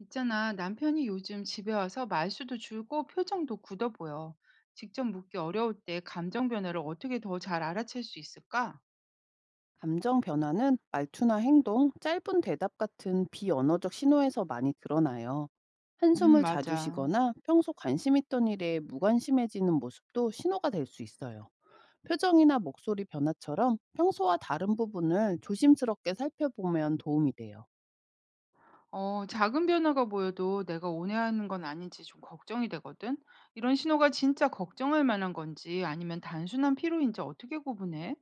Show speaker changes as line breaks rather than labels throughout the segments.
있잖아, 남편이 요즘 집에 와서 말수도 줄고 표정도 굳어 보여. 직접 묻기 어려울 때 감정 변화를 어떻게 더 잘 알아챌 수 있을까?
감정 변화는 말투나 행동, 짧은 대답 같은 비언어적 신호에서 많이 드러나요. 한숨을 자주
맞아.
쉬거나 평소 관심 있던 일에 무관심해지는 모습도 신호가 될 수 있어요. 표정이나 목소리 변화처럼 평소와 다른 부분을 조심스럽게 살펴보면 도움이 돼요.
어, 작은 변화가 보여도 내가 온해하는 건 아닌지 좀 걱정이 되거든. 이런 신호가 진짜 걱정할 만한 건지 아니면 단순한 피로인지 어떻게 구분해?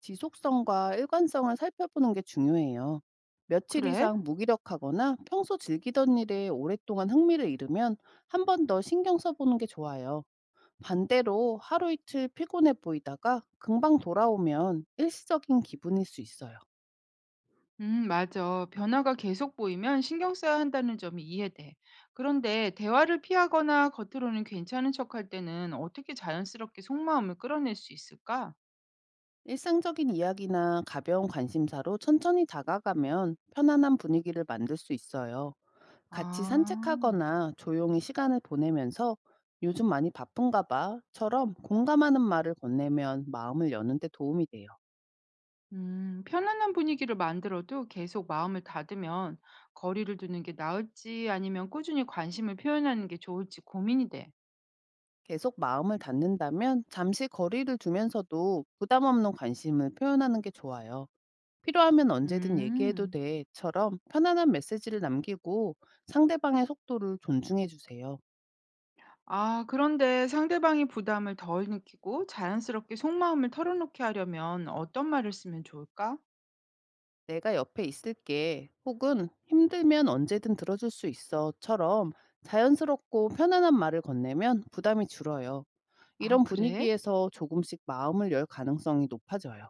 지속성과 일관성을 살펴보는 게 중요해요. 며칠
그래?
이상 무기력하거나 평소 즐기던 일에 오랫동안 흥미를 잃으면 한 번 더 신경 써보는 게 좋아요. 반대로 하루 이틀 피곤해 보이다가 금방 돌아오면 일시적인 기분일 수 있어요.
맞아. 변화가 계속 보이면 신경 써야 한다는 점이 이해돼. 그런데 대화를 피하거나 겉으로는 괜찮은 척할 때는 어떻게 자연스럽게 속마음을 끌어낼 수 있을까?
일상적인 이야기나 가벼운 관심사로 천천히 다가가면 편안한 분위기를 만들 수 있어요. 같이
아,
산책하거나 조용히 시간을 보내면서 요즘 많이 바쁜가 봐처럼 공감하는 말을 건네면 마음을 여는데 도움이 돼요.
편안한 분위기를 만들어도 계속 마음을 닫으면 거리를 두는 게 나을지 아니면 꾸준히 관심을 표현하는 게 좋을지 고민이 돼.
계속 마음을 닫는다면 잠시 거리를 두면서도 부담 없는 관심을 표현하는 게 좋아요. 필요하면 언제든 얘기해도
음.
돼.처럼 편안한 메시지를 남기고 상대방의 속도를 존중해 주세요.
아, 그런데 상대방이 부담을 덜 느끼고 자연스럽게 속마음을 털어놓게 하려면 어떤 말을 쓰면 좋을까?
내가 옆에 있을게. 혹은 힘들면 언제든 들어줄 수 있어.처럼 자연스럽고 편안한 말을 건네면 부담이 줄어요.
아,
이런
그래?
분위기에서 조금씩 마음을 열 가능성이 높아져요.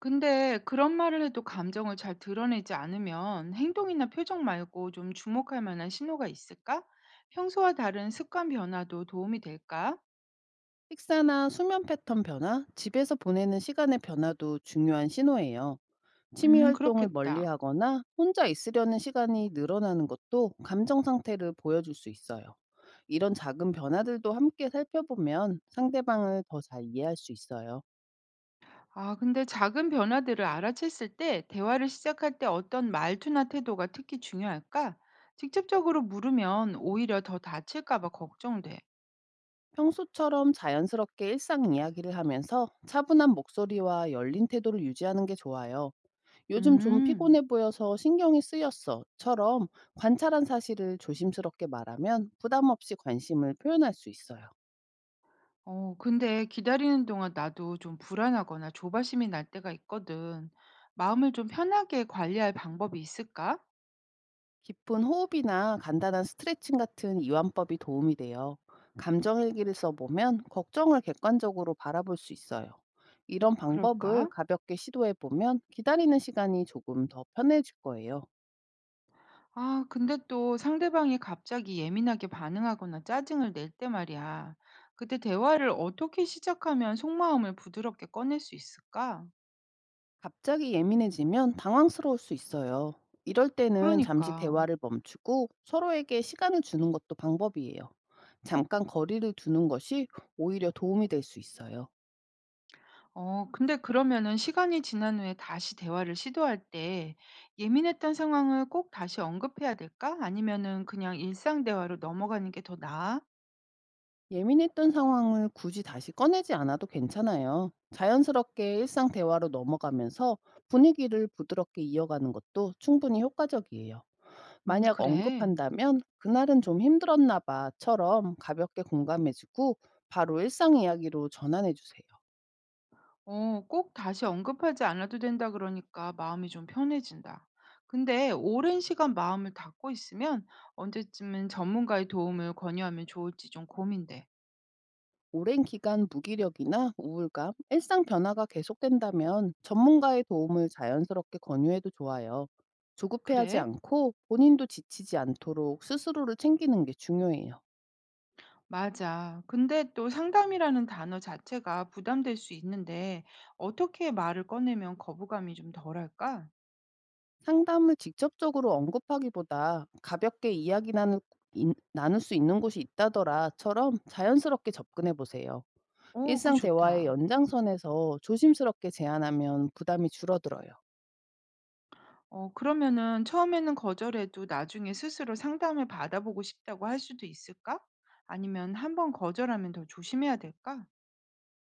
근데 그런 말을 해도 감정을 잘 드러내지 않으면 행동이나 표정 말고 좀 주목할 만한 신호가 있을까? 평소와 다른 습관 변화도 도움이 될까?
식사나 수면 패턴 변화, 집에서 보내는 시간의 변화도 중요한 신호예요. 취미 활동을 멀리
그렇겠다.
하거나 혼자 있으려는 시간이 늘어나는 것도 감정 상태를 보여줄 수 있어요. 이런 작은 변화들도 함께 살펴보면 상대방을 더 잘 이해할 수 있어요.
아, 근데 작은 변화들을 알아챘을 때 대화를 시작할 때 어떤 말투나 태도가 특히 중요할까? 직접적으로 물으면 오히려 더 다칠까 봐 걱정돼.
평소처럼 자연스럽게 일상 이야기를 하면서 차분한 목소리와 열린 태도를 유지하는 게 좋아요. 요즘 좀
음.
피곤해 보여서 신경이 쓰였어.처럼 관찰한 사실을 조심스럽게 말하면 부담 없이 관심을 표현할 수 있어요.
어, 근데 기다리는 동안 나도 좀 불안하거나 조바심이 날 때가 있거든. 마음을 좀 편하게 관리할 방법이 있을까?
깊은 호흡이나 간단한 스트레칭 같은 이완법이 도움이 돼요. 감정 일기를 써보면 걱정을 객관적으로 바라볼 수 있어요. 이런 방법을
그럴까?
가볍게 시도해보면 기다리는 시간이 조금 더 편해질 거예요.
아, 근데 또 상대방이 갑자기 예민하게 반응하거나 짜증을 낼 때 말이야. 그때 대화를 어떻게 시작하면 속마음을 부드럽게 꺼낼 수 있을까?
갑자기 예민해지면 당황스러울 수 있어요. 이럴 때는 잠시
그러니까.
대화를 멈추고 서로에게 시간을 주는 것도 방법이에요. 잠깐 거리를 두는 것이 오히려 도움이 될 수 있어요.
어, 근데 그러면은 시간이 지난 후에 다시 대화를 시도할 때 예민했던 상황을 꼭 다시 언급해야 될까? 아니면은 그냥 일상 대화로 넘어가는 게 더 나아?
예민했던 상황을 굳이 다시 꺼내지 않아도 괜찮아요. 자연스럽게 일상 대화로 넘어가면서 분위기를 부드럽게 이어가는 것도 충분히 효과적이에요. 만약
그래.
언급한다면 그날은 좀 힘들었나 봐처럼 가볍게 공감해주고 바로 일상 이야기로 전환해주세요.
어, 꼭 다시 언급하지 않아도 된다 그러니까 마음이 좀 편해진다. 근데 오랜 시간 마음을 닫고 있으면 언제쯤은 전문가의 도움을 권유하면 좋을지 좀 고민돼.
오랜 기간 무기력이나 우울감, 일상 변화가 계속된다면 전문가의 도움을 자연스럽게 권유해도 좋아요. 조급해하지
그래?
않고 본인도 지치지 않도록 스스로를 챙기는 게 중요해요.
맞아. 근데 또 상담이라는 단어 자체가 부담될 수 있는데 어떻게 말을 꺼내면 거부감이 좀 덜할까?
상담을 직접적으로 언급하기보다 가볍게 이야기 나눌, 나눌 수 있는 곳이 있다더라처럼 자연스럽게 접근해 보세요.
어, 그거
일상 대화의
좋다.
연장선에서 조심스럽게 제안하면 부담이 줄어들어요.
어, 그러면은 처음에는 거절해도 나중에 스스로 상담을 받아보고 싶다고 할 수도 있을까? 아니면 한번 거절하면 더 조심해야 될까?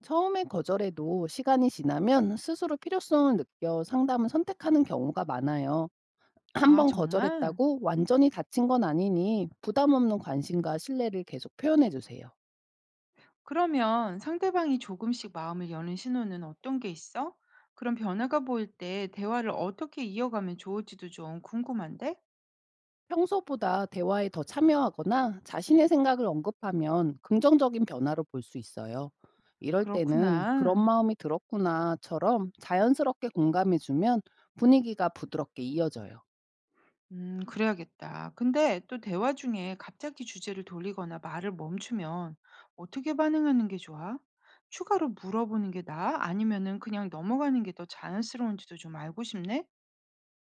처음에 거절해도 시간이 지나면 스스로 필요성을 느껴 상담을 선택하는 경우가 많아요. 한
아,
번
정말?
거절했다고 완전히 다친 건 아니니 부담 없는 관심과 신뢰를 계속 표현해 주세요.
그러면 상대방이 조금씩 마음을 여는 신호는 어떤 게 있어? 그런 변화가 보일 때 대화를 어떻게 이어가면 좋을지도 좀 궁금한데?
평소보다 대화에 더 참여하거나 자신의 생각을 언급하면 긍정적인 변화로 볼 수 있어요. 이럴 때는 그런
그렇구나.
마음이 들었구나처럼 자연스럽게 공감해 주면 분위기가 부드럽게 이어져요.
그래야겠다. 근데 또 대화 중에 갑자기 주제를 돌리거나 말을 멈추면 어떻게 반응하는 게 좋아? 추가로 물어보는 게 나아? 아니면은 그냥 넘어가는 게 더 자연스러운지도 좀 알고 싶네?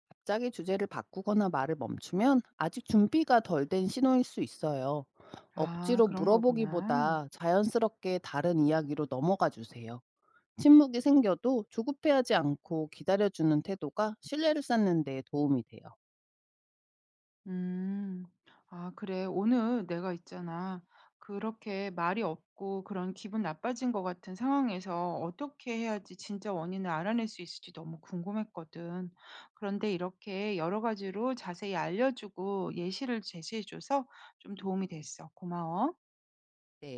갑자기 주제를 바꾸거나 말을 멈추면 아직 준비가 덜 된 신호일 수 있어요.
아,
억지로
그런 거구나.
물어보기보다 자연스럽게 다른 이야기로 넘어가 주세요. 침묵이 생겨도 조급해하지 않고 기다려주는 태도가 신뢰를 쌓는 데 도움이 돼요.
음. 아, 그래. 오늘 내가 있잖아. 그렇게 말이 없고 그런 기분 나빠진 것 같은 상황에서 어떻게 해야지 진짜 원인을 알아낼 수 있을지 너무 궁금했거든. 그런데 이렇게 여러 가지로 자세히 알려주고 예시를 제시해줘서 좀 도움이 됐어. 고마워.
네.